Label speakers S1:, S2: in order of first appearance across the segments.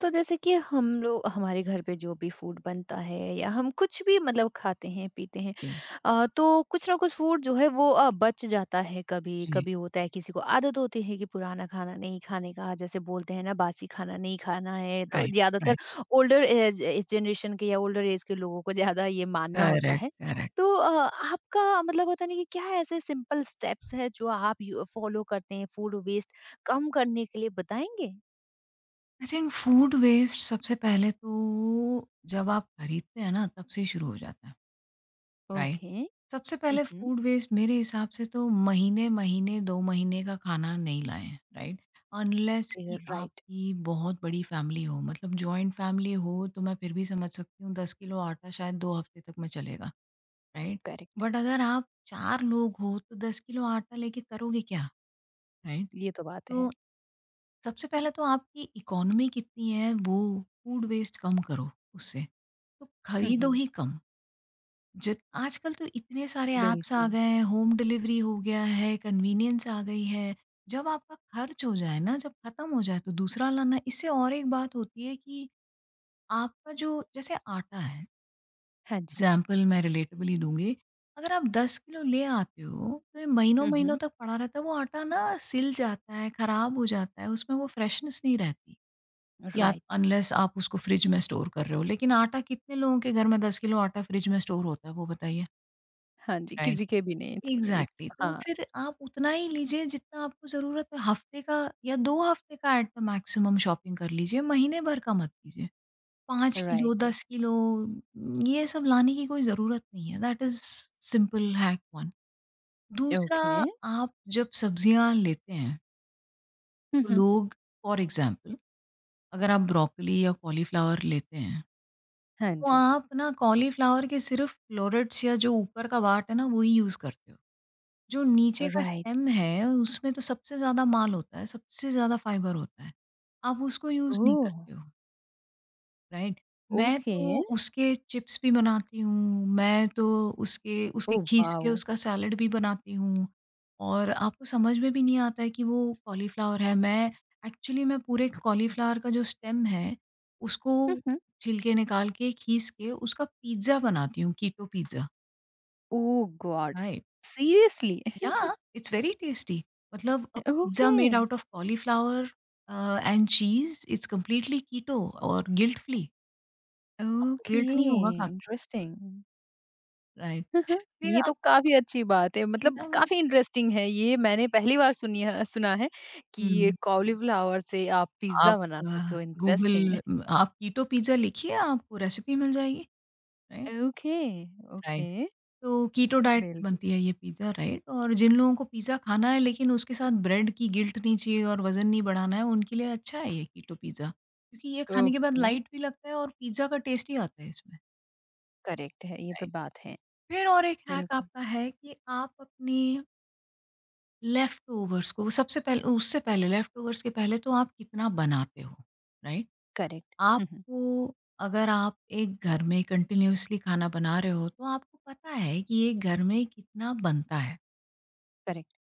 S1: तो जैसे कि हम लोग हमारे घर पे जो भी फूड बनता है या हम कुछ भी मतलब खाते हैं पीते हैं।
S2: जी,
S1: तो कुछ ना कुछ फूड जो है वो बच जाता है। कभी
S2: जी,
S1: कभी होता है किसी को आदत होती है कि पुराना खाना नहीं खाने का, जैसे बोलते हैं ना बासी खाना नहीं खाना है, तो
S2: राइट,
S1: ज्यादातर
S2: राइट,
S1: ओल्डर एज जनरेशन के या ओल्डर एज के लोगों को ज्यादा ये मानना होता
S2: करेक्ट,
S1: है।
S2: करेक्ट।
S1: तो आपका मतलब होता नहीं कि क्या ऐसे सिंपल स्टेप्स है जो आप फॉलो करते हैं फूड वेस्ट कम करने के लिए, बताएंगे?
S2: आई थिंक फूड वेस्ट सबसे पहले तो जब आप खरीदते हैं ना तब से ही शुरू हो जाता है, राइट?
S1: ओके।
S2: सबसे पहले फूड वेस्ट मेरे हिसाब से तो महीने-महीने 2 महीने का खाना नहीं लाएँ, राइट? अनलेस कि
S1: राइट।
S2: आपकी बहुत बड़ी फैमिली हो, मतलब जॉइंट फैमिली हो तो मैं फिर भी समझ सकती हूँ 10 किलो आटा शायद 2 हफ्ते तक में चलेगा, राइट?
S1: करेक्ट।
S2: बट अगर आप 4 लोग हो तो 10 किलो आटा लेके करोगे क्या, राइट?
S1: ये तो बात
S2: तो
S1: है।
S2: सबसे पहले तो आपकी इकोनॉमी कितनी है वो फूड वेस्ट कम करो उससे तो खरीदो
S1: हम्म।
S2: ही कम। जित आजकल तो इतने सारे ऐप्स आ
S1: बिल्कुल।
S2: गए हैं, होम डिलीवरी हो गया है, कन्वीनियंस आ गई है। जब आपका खर्च हो जाए ना, जब खत्म हो जाए तो दूसरा लाना। इससे और एक बात होती है कि आपका जो जैसे आटा है,
S1: हाँ जी।
S2: एग्जाम्पल मैं रिलेटिवली दूंगी, अगर आप 10 किलो ले आते हो तो ये महीनों महीनों
S1: हम्म।
S2: तक पड़ा रहता है वो आटा ना, सिल जाता है, खराब हो जाता है, उसमें वो फ्रेशनेस नहीं रहती। या
S1: राइट।
S2: अनलेस आप उसको फ्रिज में स्टोर कर रहे हो। लेकिन आटा कितने लोगों के घर में 10 किलो आटा फ्रिज में स्टोर होता है वो बताइए?
S1: हाँ जी,
S2: राइट।
S1: किसी के भी नहीं। इट्स इट्स
S2: एग्ज़ैक्टली, तो
S1: हाँ।
S2: फिर आप उतना ही लीजिए जितना आपको ज़रूरत है। हफ़्ते का या 2 हफ़्ते का एट द मैक्सिमम शॉपिंग कर लीजिए, महीने भर का मत कीजिए। 5 किलो
S1: राइट।
S2: 10 किलो ये सब लाने की कोई ज़रूरत नहीं है। That is simple hack 1। दूसरा,
S1: ओके।
S2: आप जब सब्जियाँ लेते हैं, तो
S1: हम्म।
S2: लोग, फॉर एग्ज़ाम्पल, अगर आप ब्रोकोली या कॉलीफ्लावर लेते हैं,
S1: हाँ
S2: तो
S1: जी।
S2: आप ना कॉलीफ्लावर के सिर्फ़ फ़्लोरेट्स या जो ऊपर का वाट है ना, वो ही यूज़ करते हो। जो नीचे का
S1: राइट।
S2: स्टेम है, उसमें तो सबसे ज़्यादा माल होता है, सबसे ज़्यादा फ़ाइबर होता है। आप उसको यूज़ नहीं
S1: ओह।
S2: करते हो। राइट? मैं
S1: ओके।
S2: तो उसके चिप्स भी बनाती हूँ, मैं तो उसके उसके
S1: ओ
S2: खीस के
S1: वाओ।
S2: उसका सैलेड भी बनाती हूँ, और आपको समझ में भी नहीं आता है कि वो कॉलीफ्लावर है। मैं एक्चुअली मैं पूरे कॉलीफ्लावर का जो स्टेम है, उसको
S1: हम्म।
S2: छिलके निकाल के, खीस के उसका पिज़्ज़ा बनाती हूँ, keto pizza,
S1: oh God.
S2: Right?
S1: Seriously.
S2: Yeah it's very tasty, मतलब pizza
S1: okay.
S2: Made out of cauliflower and cheese. It's completely keto और गिल्ट फ्री। आपको
S1: ओके।
S2: गिल्ट नहीं होगा खा के,
S1: इंटरेस्टिंग।
S2: राइट?
S1: हाँ, हाँ।
S2: फिर
S1: ये तो
S2: आप
S1: काफ़ी अच्छी बात है, मतलब
S2: एग्ज़ामिनर,
S1: काफ़ी इंटरेस्टिंग है, ये मैंने पहली बार सुनी है, सुना है कि ये
S2: हुँ,
S1: कॉलीफ्लावर से आप
S2: आप
S1: पिज़्ज़ा बना सकते हो।
S2: Google
S1: interesting.
S2: म आप कीटो पिज़्ज़ा लिखिए, आपको रेसिपी मिल जाएगी, राइट?
S1: Okay, okay.
S2: राइट। तो कीटो डाइट पे
S1: बिल्कुल।
S2: बनती है ये पिज़्ज़ा, राइट? और जिन लोगों को पिज़्ज़ा खाना है लेकिन उसके साथ ब्रेड की गिल्ट नहीं चाहिए और वज़न नहीं बढ़ाना है, उनके लिए अच्छा है ये कीटो पिज़्ज़ा, क्योंकि ये खाने के बाद
S1: ओके।
S2: लाइट भी लगता है और पिज़्ज़ा का टेस्ट ही आता है इसमें,
S1: करेक्ट है, ये तो
S2: राइट?
S1: बात है।
S2: फिर और एक हैक
S1: बिल्कुल।
S2: आपका है कि आप अपने लेफ्ट ओवर्स को सबसे पहले, उससे पहले लेफ्ट ओवर्स के पहले तो आप कितना बनाते हो, राइट?
S1: करेक्ट। हुँ, हुँ।
S2: आपको, अगर आप एक घर में कंटिन्यूअसली खाना बना रहे हो, तो आपको पता है कि ये घर में कितना बनता है।
S1: करेक्ट।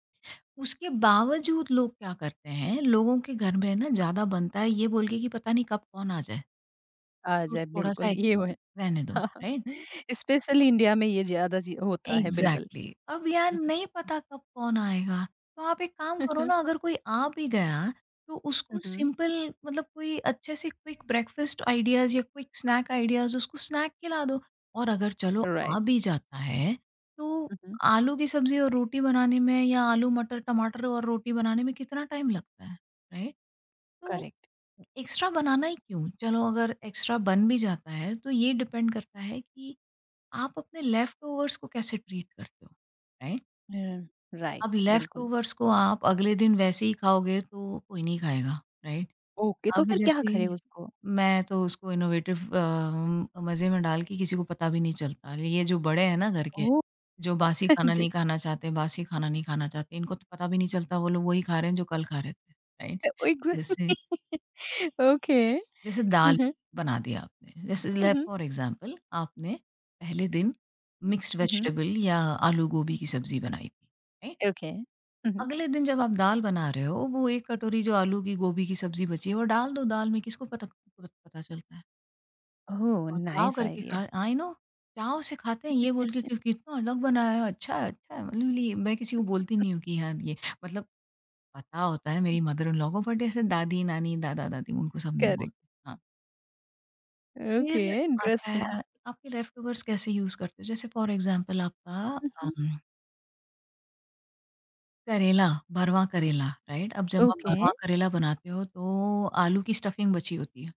S2: उसके बावजूद लोग क्या करते हैं, लोगों के घर में ना ज़्यादा बनता है, ये बोल के कि पता नहीं कब कौन आ जाए,
S1: आ
S2: तो
S1: जाए,
S2: थोड़ा-सा
S1: बिल्कुल, ये
S2: एक्स्ट्रा
S1: वो है।
S2: रहने दो,
S1: हाँ, हाँ।
S2: राइट?
S1: स्पेशली इंडिया में ये ज़्यादा जी होता है, बिल्कुल।
S2: Exactly exactly. अब यार
S1: हुँ,
S2: नहीं पता कब कौन आएगा, तो आप एक काम
S1: हुँ।
S2: करो
S1: हुँ,
S2: ना, अगर कोई आ भी गया तो उसको
S1: हुँ।
S2: सिंपल, मतलब कोई अच्छे से क्विक ब्रेकफास्ट आइडियाज या क्विक स्नैक आइडियाज, उसको स्नैक खिला दो। और अगर चलो आ
S1: राइट।
S2: भी जाता है, तो
S1: हुँ, हुँ।
S2: आलू की सब्जी और रोटी बनाने में या आलू मटर टमाटर और रोटी बनाने में कितना टाइम लगता है, राइट? तो
S1: करेक्ट।
S2: एक्स्ट्रा बनाना ही क्यों। चलो अगर एक्स्ट्रा बन भी जाता है तो ये डिपेंड करता है कि आप अपने लेफ्टओवर्स को कैसे ट्रीट करते हो, राइट?
S1: हुँ।
S2: अब
S1: राइट, बिल्कुल।
S2: लेफ्टओवर्स को आप अगले दिन वैसे ही खाओगे तो कोई नहीं खाएगा, राइट?
S1: ओके, तो
S2: अब
S1: फिर क्या
S2: जैसे,
S1: करें उसको?
S2: मैं तो उसको इनोवेटिव मज़े में डाल के किसी को पता भी नहीं चलता। ये जो बड़े हैं ना घर के,
S1: ओह!
S2: जो बासी खाना
S1: জি।
S2: नहीं खाना चाहते, बासी खाना नहीं खाना चाहते, इनको तो पता भी नहीं चलता वो लोग वही खा रहे हैं जो कल खा रहे थे, राइट?
S1: এ
S2: जैसे
S1: এক্সাক্টলি। ওকে।
S2: जैसे
S1: হু,
S2: दाल
S1: হু।
S2: बना दिया आपने, जैसे
S1: হু,
S2: ले
S1: হু।
S2: फॉर एग्ज़ाम्पल आपने पहले दिन मिक्स्ड
S1: হু, হু।
S2: वेजिटेबल या आलू गोभी की सब्ज़ी बनाई थी, राइट?
S1: Okay. হু, হু।
S2: अगले दिन जब आप दाल बना रहे हो, वो 1 कटोरी जो आलू की गोभी की सब्ज़ी बची है, वो डाल दो दाल में, किसको पता प पता चलता है?
S1: Oh,
S2: और चाव
S1: nice
S2: करके खा,
S1: idea.
S2: आई नो, चाव से खाते हैं, ये बोल के कि कितना अलग बनाया है, अच्छा है, अच्छा है। मतलब ये मैं किसी को बोलती नहीं हूँ कि हाँ, ये, मतलब पता होता है मेरी मदर इन लॉ को, बट ऐसे दादी, नानी, दादा-दादी उनको सब नहीं
S1: करेक्ट।
S2: बोलते। हाँ।
S1: ओके,
S2: फिर आता
S1: इंटरेस्टिंग।
S2: है, आपके लेफ्टओवर्स कैसे यूज़ करते हो? जैसे फॉर एग्ज़ाम्पल आपका
S1: हुँ, हुँ।
S2: अम, करेला, भरवा करेला, राइट? अब जब आप, हुँ।
S1: ओके।
S2: भरवा करेला बनाते हो तो आलू की स्टफिंग बची होती है,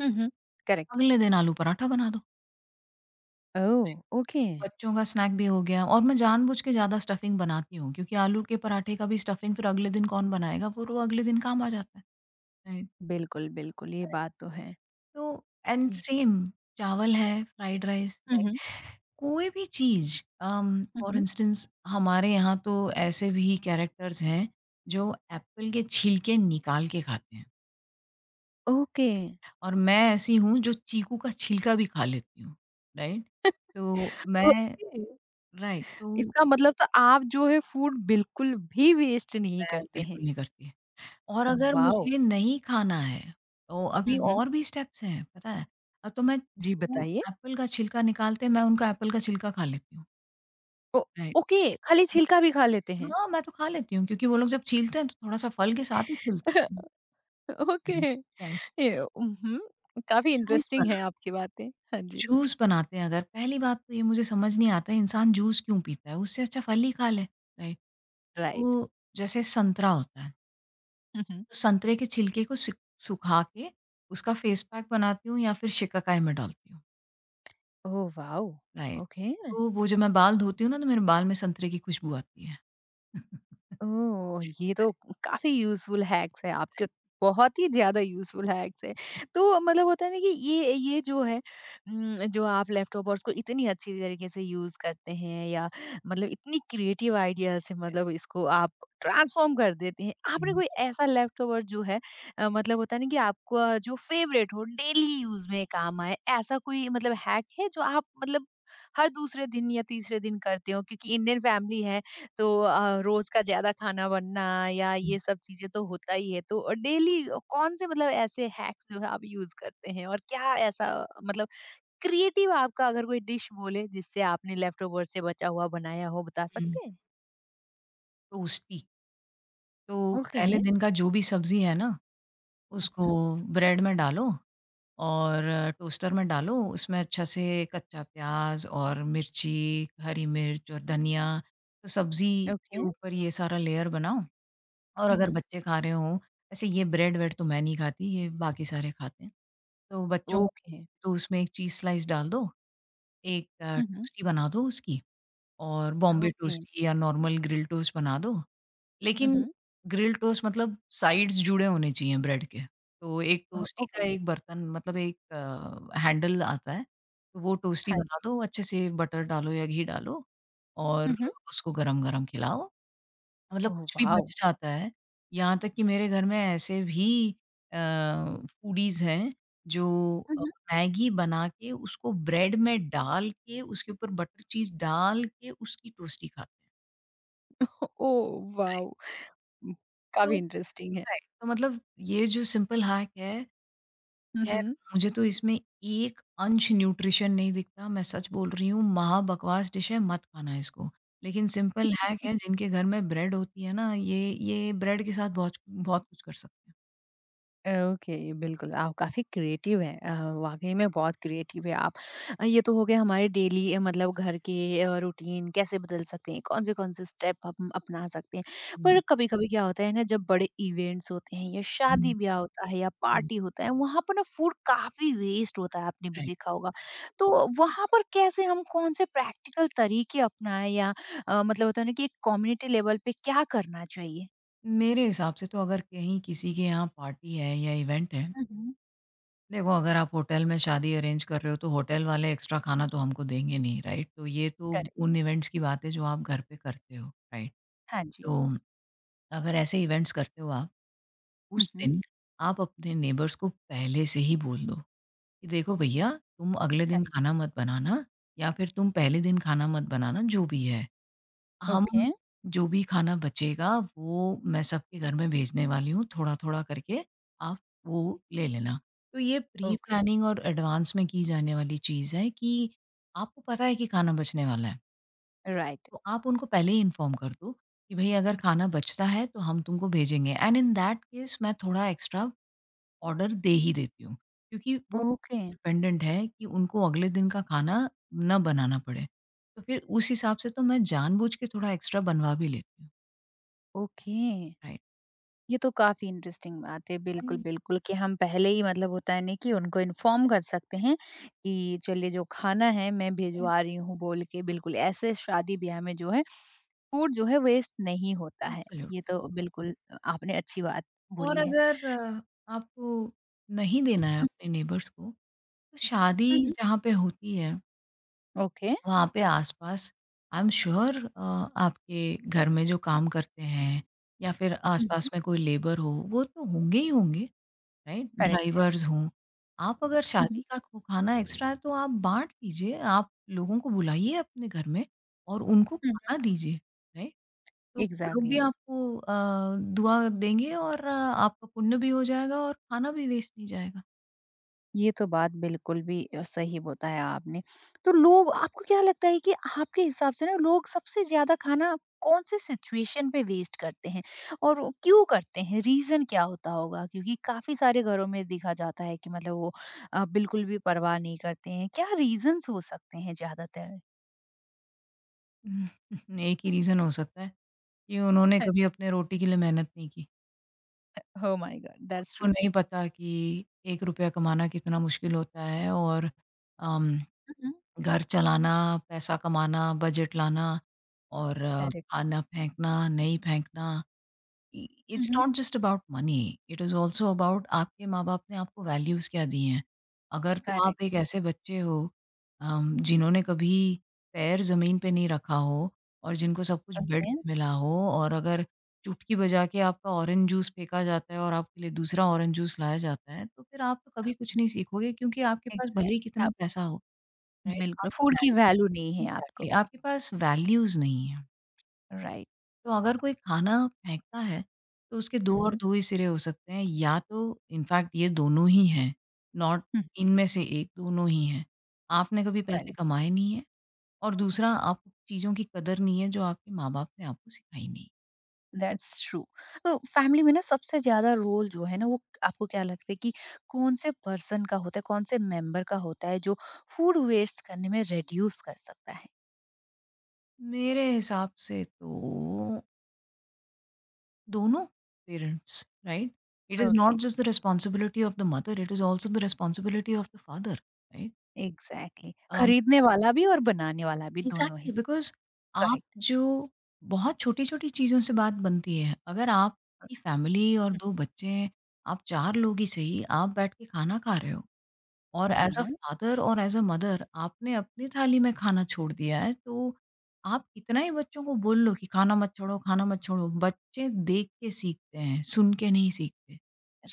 S1: हुँ, हुँ। करेक्ट।
S2: अगले दिन आलू पराठा बना दो।
S1: ओह! ओके।
S2: बच्चों का स्नैक भी हो गया, और मैं जानबूझ के ज़्यादा स्टफिंग बनाती हूँ क्योंकि आलू के पराठे का भी स्टफिंग फिर अगले दिन कौन बनाएगा? फिर वो तो अगले दिन काम आ जाता है, राइट?
S1: बिल्कुल, बिल्कुल, ये बात तो है।
S2: तो एंड
S1: ये
S2: सेम, चावल है, फ्राइड राइस,
S1: हुँ,
S2: राइट?
S1: हुँ।
S2: कोई भी चीज़,
S1: हुँ,
S2: फॉर
S1: हुँ।
S2: इंस्टेंस हमारे यहाँ तो ऐसे भी कैरेक्टर्स हैं जो एप्पल के छिलके निकाल के खाते हैं,
S1: ओके।
S2: और मैं ऐसी हूँ जो चीकू का छिलका भी खा लेती हूँ, राइट? तो मैं,
S1: ओके।
S2: राइट, तो
S1: इसका मतलब तो आप जो है फूड बिल्कुल भी वेस्ट नहीं
S2: मैं
S1: करते हैं।
S2: बिल्कुल नहीं करती। और अगर
S1: वाओ!
S2: मुझे नहीं खाना है, तो
S1: हुँ,
S2: अभी
S1: हुँ।
S2: और भी स्टेप्स हैं, पता है? तो मैं,
S1: जी
S2: जो
S1: बताइए।
S2: एप्पल का छिलका निकालते हैं, मैं उनका एप्पल का छिलका खा लेती हूँ,
S1: ओ।
S2: राइट।
S1: ओके, खाली छिलका भी खा लेते हैं?
S2: हाँ, मैं तो खा लेती हूँ क्योंकि वो लोग जब छीलते हैं तो थोड़ा-सा फल के साथ ही छिलते हैं।
S1: ओके।
S2: Right, right.
S1: ये उहुँ, काफ़ी
S2: जूस
S1: इंटरेस्टिंग है
S2: बना,
S1: आपकी बातें। हाँ जी।
S2: जूस बनाते हैं, अगर पहली बात तो ये मुझे समझ नहीं आता है इंसान जूस क्यों पीता है? उससे अच्छा फल ही खा ले, राइट?
S1: राइट।
S2: तो जैसे संतरा होता है,
S1: हुँ, हुँ।
S2: तो संतरे के छिलके को सिक सुखा के उसका फेस पैक बनाती हूँ या फिर शिकाकाई में डालती हूँ,
S1: ओह वाओ!
S2: राइट?
S1: ओके।
S2: तो वो जब मैं बाल धोती हूँ ना तो मेरे बाल में संतरे की खुशबू आती है।
S1: ओह! ये तो काफ़ी यूज़फुल हैक्स है आपके,
S2: राइट।
S1: बहुत ही ज़्यादा यूज़फुल हैक्स है। तो मतलब होता है ना कि ये जो है जो आप लैपटॉपर्स को इतनी अच्छी तरीके से यूज़ करते हैं या मतलब इतनी क्रिएटिव आइडिया से, मतलब इसको आप ट्रांसफ़ॉर्म कर देते हैं। आपने
S2: हुँ,
S1: कोई ऐसा लैपटॉपर जो है मतलब होता है ना कि आपका जो फ़ेवरेट हो, डेली यूज़ में काम आए, ऐसा कोई मतलब हैक है जो आप मतलब हर दूसरे दिन या तीसरे दिन करते हो? क्योंकि इंडियन फैमिली है, तो रोज का ज्यादा खाना बनना या
S2: हुँ,
S1: ये सब चीजें तो होता ही है, तो डेली कौन से मतलब ऐसे हैक्स जो है आप यूज करते हैं, और क्या ऐसा मतलब क्रिएटिव आपका अगर कोई डिश बोले जिससे आपने लेफ्ट ओवर से बचा हुआ बनाया हो, बता
S2: हुँ।
S1: सकते हैं?
S2: तो उसकी, तो
S1: ओके।
S2: पहले दिन का जो भी सब्ज़ी है ना उसको
S1: हम्म।
S2: ब्रेड में डालो, और टोस्टर में डालो उसमें अच्छा से, कच्चा प्याज और मिर्ची, हरी मिर्च और धनिया, तो सब्ज़ी के
S1: ओके।
S2: ऊपर ये सारा लेयर बनाओ। और अगर
S1: हम्म।
S2: बच्चे खा रहे हों, ऐसे ये ब्रेड वेड तो मैं नहीं खाती, ये बाकी सारे खाते हैं, तो बच्चों को,
S1: ओके।
S2: तो उसमें एक चीज़ स्लाइस डाल दो, एक
S1: हम्म।
S2: टोस्टी बना दो उसकी, और बॉम्बे
S1: ओके।
S2: टोस्टी या नॉर्मल ग्रिल टोस्ट बना दो, लेकिन
S1: हम्म।
S2: ग्रिल्ड टोस्ट मतलब साइड्स जुड़े होने चाहिए ब्रेड के। तो एक
S1: ओ-
S2: टोस्टी का
S1: ओके।
S2: एक बर्तन, मतलब एक हैंडल आता है, तो वो टोस्टी
S1: हाँ
S2: बना
S1: जी।
S2: दो, अच्छे से बटर डालो या घी डालो, और
S1: हम्म।
S2: उसको गरम-गरम खिलाओ। मतलब
S1: ओ
S2: कुछ भी
S1: वाओ।
S2: बच जाता है, यहाँ तक कि मेरे घर में ऐसे भी अ, फूडीज़ हैं जो अ,
S1: हम्म।
S2: मैगी बना के उसको ब्रेड में डाल के उसके ऊपर बटर चीज़ डाल के उसकी टोस्टी खाते हैं।
S1: ओ वाओ,
S2: तो,
S1: काफी इंटरेस्टिंग है।
S2: राइट, तो मतलब ये जो सिंपल हैक है, खैर
S1: हम्म।
S2: मुझे तो इसमें एक अंश न्यूट्रिशन नहीं दिखता, मैं सच बोल रही हूँ, महाबकवास डिश है, मत खाना इसको। लेकिन सिंपल हैक है, जिनके घर में ब्रेड होती है ना, ये ब्रेड के साथ बहुत बहुत कुछ कर सकते हैं।
S1: ओके, बिल्कुल, आप काफ़ी क्रिएटिव हैं, वाकई में बहुत क्रिएटिव है आप। ये तो हो गए हमारे डेली मतलब घर के रूटीन, कैसे बदल सकते हैं, कौन से स्टेप हम अपना सकते हैं।
S2: हुँ,
S1: पर कभी कभी क्या होता है ना, जब बड़े इवेंट्स होते हैं या
S2: हुँ,
S1: शादी ब्याह होता है या
S2: हुँ।
S1: पार्टी होता है, वहाँ पर ना फूड काफ़ी वेस्ट होता है, आपने भी
S2: राइट,
S1: देखा होगा।
S2: राइट।
S1: तो वहाँ पर कैसे हम कौन से प्रैक्टिकल तरीके अपनाएं, या मतलब होता है ना कि एक कम्युनिटी लेवल पे क्या करना चाहिए?
S2: मेरे हिसाब से तो अगर कहीं किसी के यहाँ पार्टी है या इवेंट है,
S1: हम्म।
S2: देखो अगर आप होटल में शादी अरेंज कर रहे हो, तो होटल वाले एक्स्ट्रा खाना तो हमको देंगे नहीं, राइट? तो ये तो
S1: करेक्ट।
S2: उन इवेंट्स की बात है, जो आप घर पे करते हो, राइट?
S1: हाँ जी।
S2: तो अगर ऐसे इवेंट्स करते हो आप, उस
S1: हम्म।
S2: दिन आप अपने नेबर्स को पहले से ही बोल दो कि देखो भैया, तुम अगले
S1: हाँ।
S2: दिन खाना मत बनाना, या फिर तुम पहले दिन खाना मत बनाना, जो भी है। हम,
S1: ओके,
S2: जो भी खाना बचेगा वो मैं सबके घर में भेजने वाली हूँ थोड़ा-थोड़ा करके, आप वो ले लेना। तो ये
S1: ओके,
S2: प्री-प्लानिंग और एडवांस में की जाने वाली चीज़ है कि आपको पता है कि खाना बचने वाला है।
S1: राइट,
S2: तो आप उनको पहले ही इन्फॉर्म कर दो कि भई अगर खाना बचता है तो हम तुमको भेजेंगे, एंड इन दैट केस मैं थोड़ा एक्स्ट्रा ऑर्डर दे ही देती हूँ। क्योंकि वो
S1: ओके,
S2: डिपेंडेंट है कि उनको अगले दिन का खाना ना बनाना पड़े। तो फिर उस हिसाब से तो मैं जानबूझ के थोड़ा एक्स्ट्रा बनवा भी लेती हूँ।
S1: ओके।
S2: राइट।
S1: ये तो काफ़ी इंटरेस्टिंग बात है, बिल्कुल,
S2: राइट,
S1: बिल्कुल, कि हम पहले ही मतलब होता है ना कि उनको इन्फॉर्म कर सकते हैं कि चलिए जो खाना है मैं
S2: राइट।
S1: भिजवा रही हूँ बोल के, बिल्कुल, ऐसे शादी ब्याह में जो है फूड जो है वेस्ट नहीं होता है। ये
S2: एब्सोल्यूटली।
S1: तो बिल्कुल आपने अच्छी बात
S2: और
S1: बोली है।
S2: अगर आपको नहीं देना है
S1: हुँ,
S2: अपने नेबर्स को, तो शादी
S1: हुँ। हुँ।
S2: जहाँ पे होती है
S1: ओके।
S2: वहाँ पे आसपास, आई एम श्योर आपके घर में जो काम करते हैं या फिर
S1: हुँ,
S2: आसपास
S1: हुँ।
S2: में कोई लेबर हो वो तो होंगे ही होंगे, राइट,
S1: करेक्ट है।
S2: ड्राइवर्स हों, आप अगर
S1: हुँ,
S2: शादी
S1: हुँ।
S2: का खाना एक्स्ट्रा है तो आप बांट दीजिए, आप लोगों को बुलाइए अपने घर में और उनको
S1: हुँ, हुँ।
S2: खाना दीजिए, राइट। तो वो लोग भी
S1: एग्ज़ैक्टली।
S2: आपको दुआ देंगे और आपका पुण्य भी हो जाएगा और खाना भी वेस्ट नहीं जाएगा।
S1: ये तो बात बिल्कुल भी सही बताया आपने। तो लोग, आपको क्या लगता है कि आपके हिसाब से ना लोग सबसे ज़्यादा खाना कौन-से सिचुएशन पे वेस्ट करते हैं? और वो क्यों करते हैं? रीज़न क्या होता होगा? क्योंकि काफ़ी सारे घरों में देखा जाता है कि मतलब वो बिल्कुल भी परवाह नहीं करते हैं। क्या रीज़न्स हो सकते हैं ज़्यादातर?
S2: एक ही रीज़न हो सकता है कि उन्होंने कभी अपने रोटी के लिए मेहनत नहीं की,
S1: Oh my God, that's
S2: उनको
S1: true.
S2: नहीं पता कि ₹1 कमाना कितना मुश्किल होता है, और अम,
S1: हुँ, हुँ।
S2: घर चलाना, पैसा कमाना, बजट लाना और
S1: Correct.
S2: खाना फेंकना, नहीं फेंकना। इ-
S1: हुँ,
S2: इट्स
S1: हुँ।
S2: Not just about money, it is also about, आपके माँ बाप ने आपको वैल्यूज क्या दी हैं। अगर तो
S1: Correct
S2: आप एक
S1: है।
S2: ऐसे बच्चे हो जिन्होंने कभी पैर जमीन पे नहीं रखा हो और जिनको सब कुछ बेड
S1: ओके।
S2: पे मिला हो, और अगर चुटकी बजा के आपका ऑरेंज जूस फेंका जाता है और आपके लिए दूसरा ऑरेंज जूस लाया जाता है तो फिर आप तो कभी कुछ नहीं सीखोगे, क्योंकि आपके पास भले
S1: Exactly.
S2: ही कितना
S1: आप
S2: पैसा हो, राइट,
S1: बिल्कुल,
S2: आपकी
S1: फूड की
S2: वैल्यू,
S1: वैल्यू नहीं है आपको।
S2: एग्जैक्टली, आपके पास वैल्यूज नहीं है।
S1: राइट।
S2: तो अगर कोई खाना फेंकता है, तो उसके
S1: हुँ,
S2: दो और
S1: हुँ।
S2: दो ही सिरे हो सकते हैं, या तो इनफैक्ट ये दोनों ही हैं, नॉट
S1: हुँ।
S2: इनमें से एक, दोनों ही हैं। आपने कभी
S1: Correct.
S2: पैसे कमाए नहीं हैं, और दूसरा आपको चीज़ों की कदर नहीं है जो आपके माँ-बाप ने आपको सिखाई नहीं।
S1: That's true. तो फैमिली में ना सबसे ज़्यादा रोल जो है ना, वो आपको क्या लगता है कि कौन-से पर्सन का होता है, कौन-से मेंबर का होता है जो फूड वेस्ट करने में रिड्यूस कर सकता है?
S2: मेरे हिसाब से तो दोनों parents, right? It is
S1: okay,
S2: not just the responsibility of the mother, it is also the responsibility of the father, right?
S1: Exactly. खरीदने वाला भी और बनाने वाला भी, दोनों ही।
S2: एग्ज़ैक्टली, बिकॉज़ आप,
S1: करेक्ट।
S2: जो बहुत छोटी-छोटी चीज़ों से बात बनती है। अगर आपकी फैमिली और
S1: हुँ।
S2: 2 बच्चे हैं, आप 4 लोग ही सही, आप बैठ के खाना खा रहे हो, और
S1: जी
S2: एज़ अ
S1: हाँ।
S2: फादर और एज़ अ मदर आपने अपनी थाली में खाना छोड़ दिया है, तो आप कितना ही बच्चों को बोल लो कि खाना मत छोड़ो, बच्चे देख के सीखते हैं, सुन के नहीं सीखते।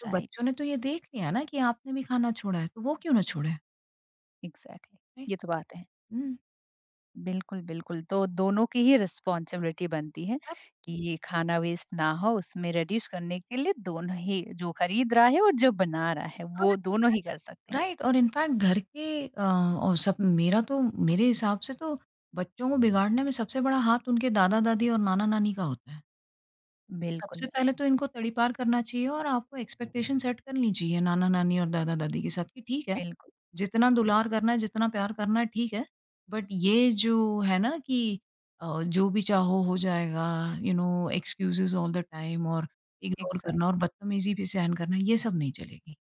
S2: तो
S1: राइट,
S2: बच्चों ने तो ये देख लिया ना कि आपने भी खाना छोड़ा है, तो वो क्यों ना छोड़े,
S1: एग्ज़ैक्टली।
S2: राइट?
S1: ये तो बात है।
S2: हुँ।
S1: बिल्कुल, बिल्कुल। तो दोनों की ही रिस्पॉन्सिबिलिटी बनती है कि ये खाना वेस्ट ना हो, उसमें रिड्यूस करने के लिए दोनों ही, जो खरीद रहा है और जो बना रहा है, वो दोनों ही कर सकते हैं।
S2: राइट, और इनफैक्ट घर के और सब, मेरा तो मेरे हिसाब से तो बच्चों को बिगाड़ने में सबसे बड़ा हाथ उनके दादा-दादी और नाना-नानी का होता है। तो सबसे
S1: बिल्कुल,
S2: पहले तो इनको तड़ीपार करना चाहिए, और आपको एक्सपेक्टेशन सेट करनी चाहिए नाना-नानी और दादा-दादी के साथ कि ठीक है,
S1: बिल्कुल,
S2: जितना दुलार करना है, जितना प्यार करना है ठीक है, बट ये जो है ना कि जो भी चाहो हो जाएगा, you know excuses all the time, और इग्नोर करना और
S1: एग्ज़ैक्टली,
S2: बदतमीज़ी भी सहन करना, ये सब नहीं चलेगी।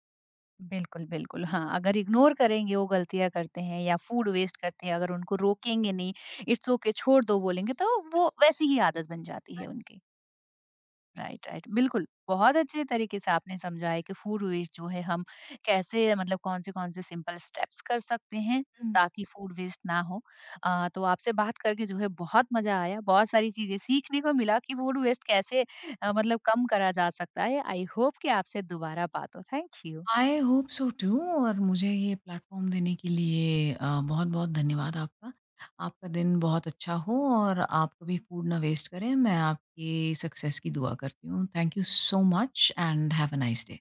S1: बिल्कुल, बिल्कुल। हाँ, अगर इग्नोर करेंगे, वो गलतियाँ करते हैं या फूड वेस्ट करते हैं, अगर उनको रोकेंगे नहीं, इट्स ओके छोड़ दो बोलेंगे, तो वो वैसी ही आदत बन जाती है उनकी। Right, right. बिल्कुल, बहुत अच्छे तरीके से आपने समझा है कि फूड वेस्ट जो है हम कैसे मतलब कौन-से-कौन से कौन से सिंपल स्टेप्स कर सकते हैं ताकि फूड वेस्ट ना हो। तो आपसे बात करके जो है बहुत मज़ा आया, बहुत सारी चीज़ें सीखने को मिला कि फूड वेस्ट कैसे मतलब कम करा जा सकता है। आई होप कि आपसे दोबारा बात हो। Thank you.
S2: I hope so too, और मुझे ये प्लेटफ़ॉर्म देने के लिए बहुत-बहुत धन्यवाद आपका। आपका दिन बहुत अच्छा हो और आप कभी फ़ूड ना वेस्ट करें। मैं आपकी सक्सेस की दुआ करती हूँ। Thank you so much and have a nice day.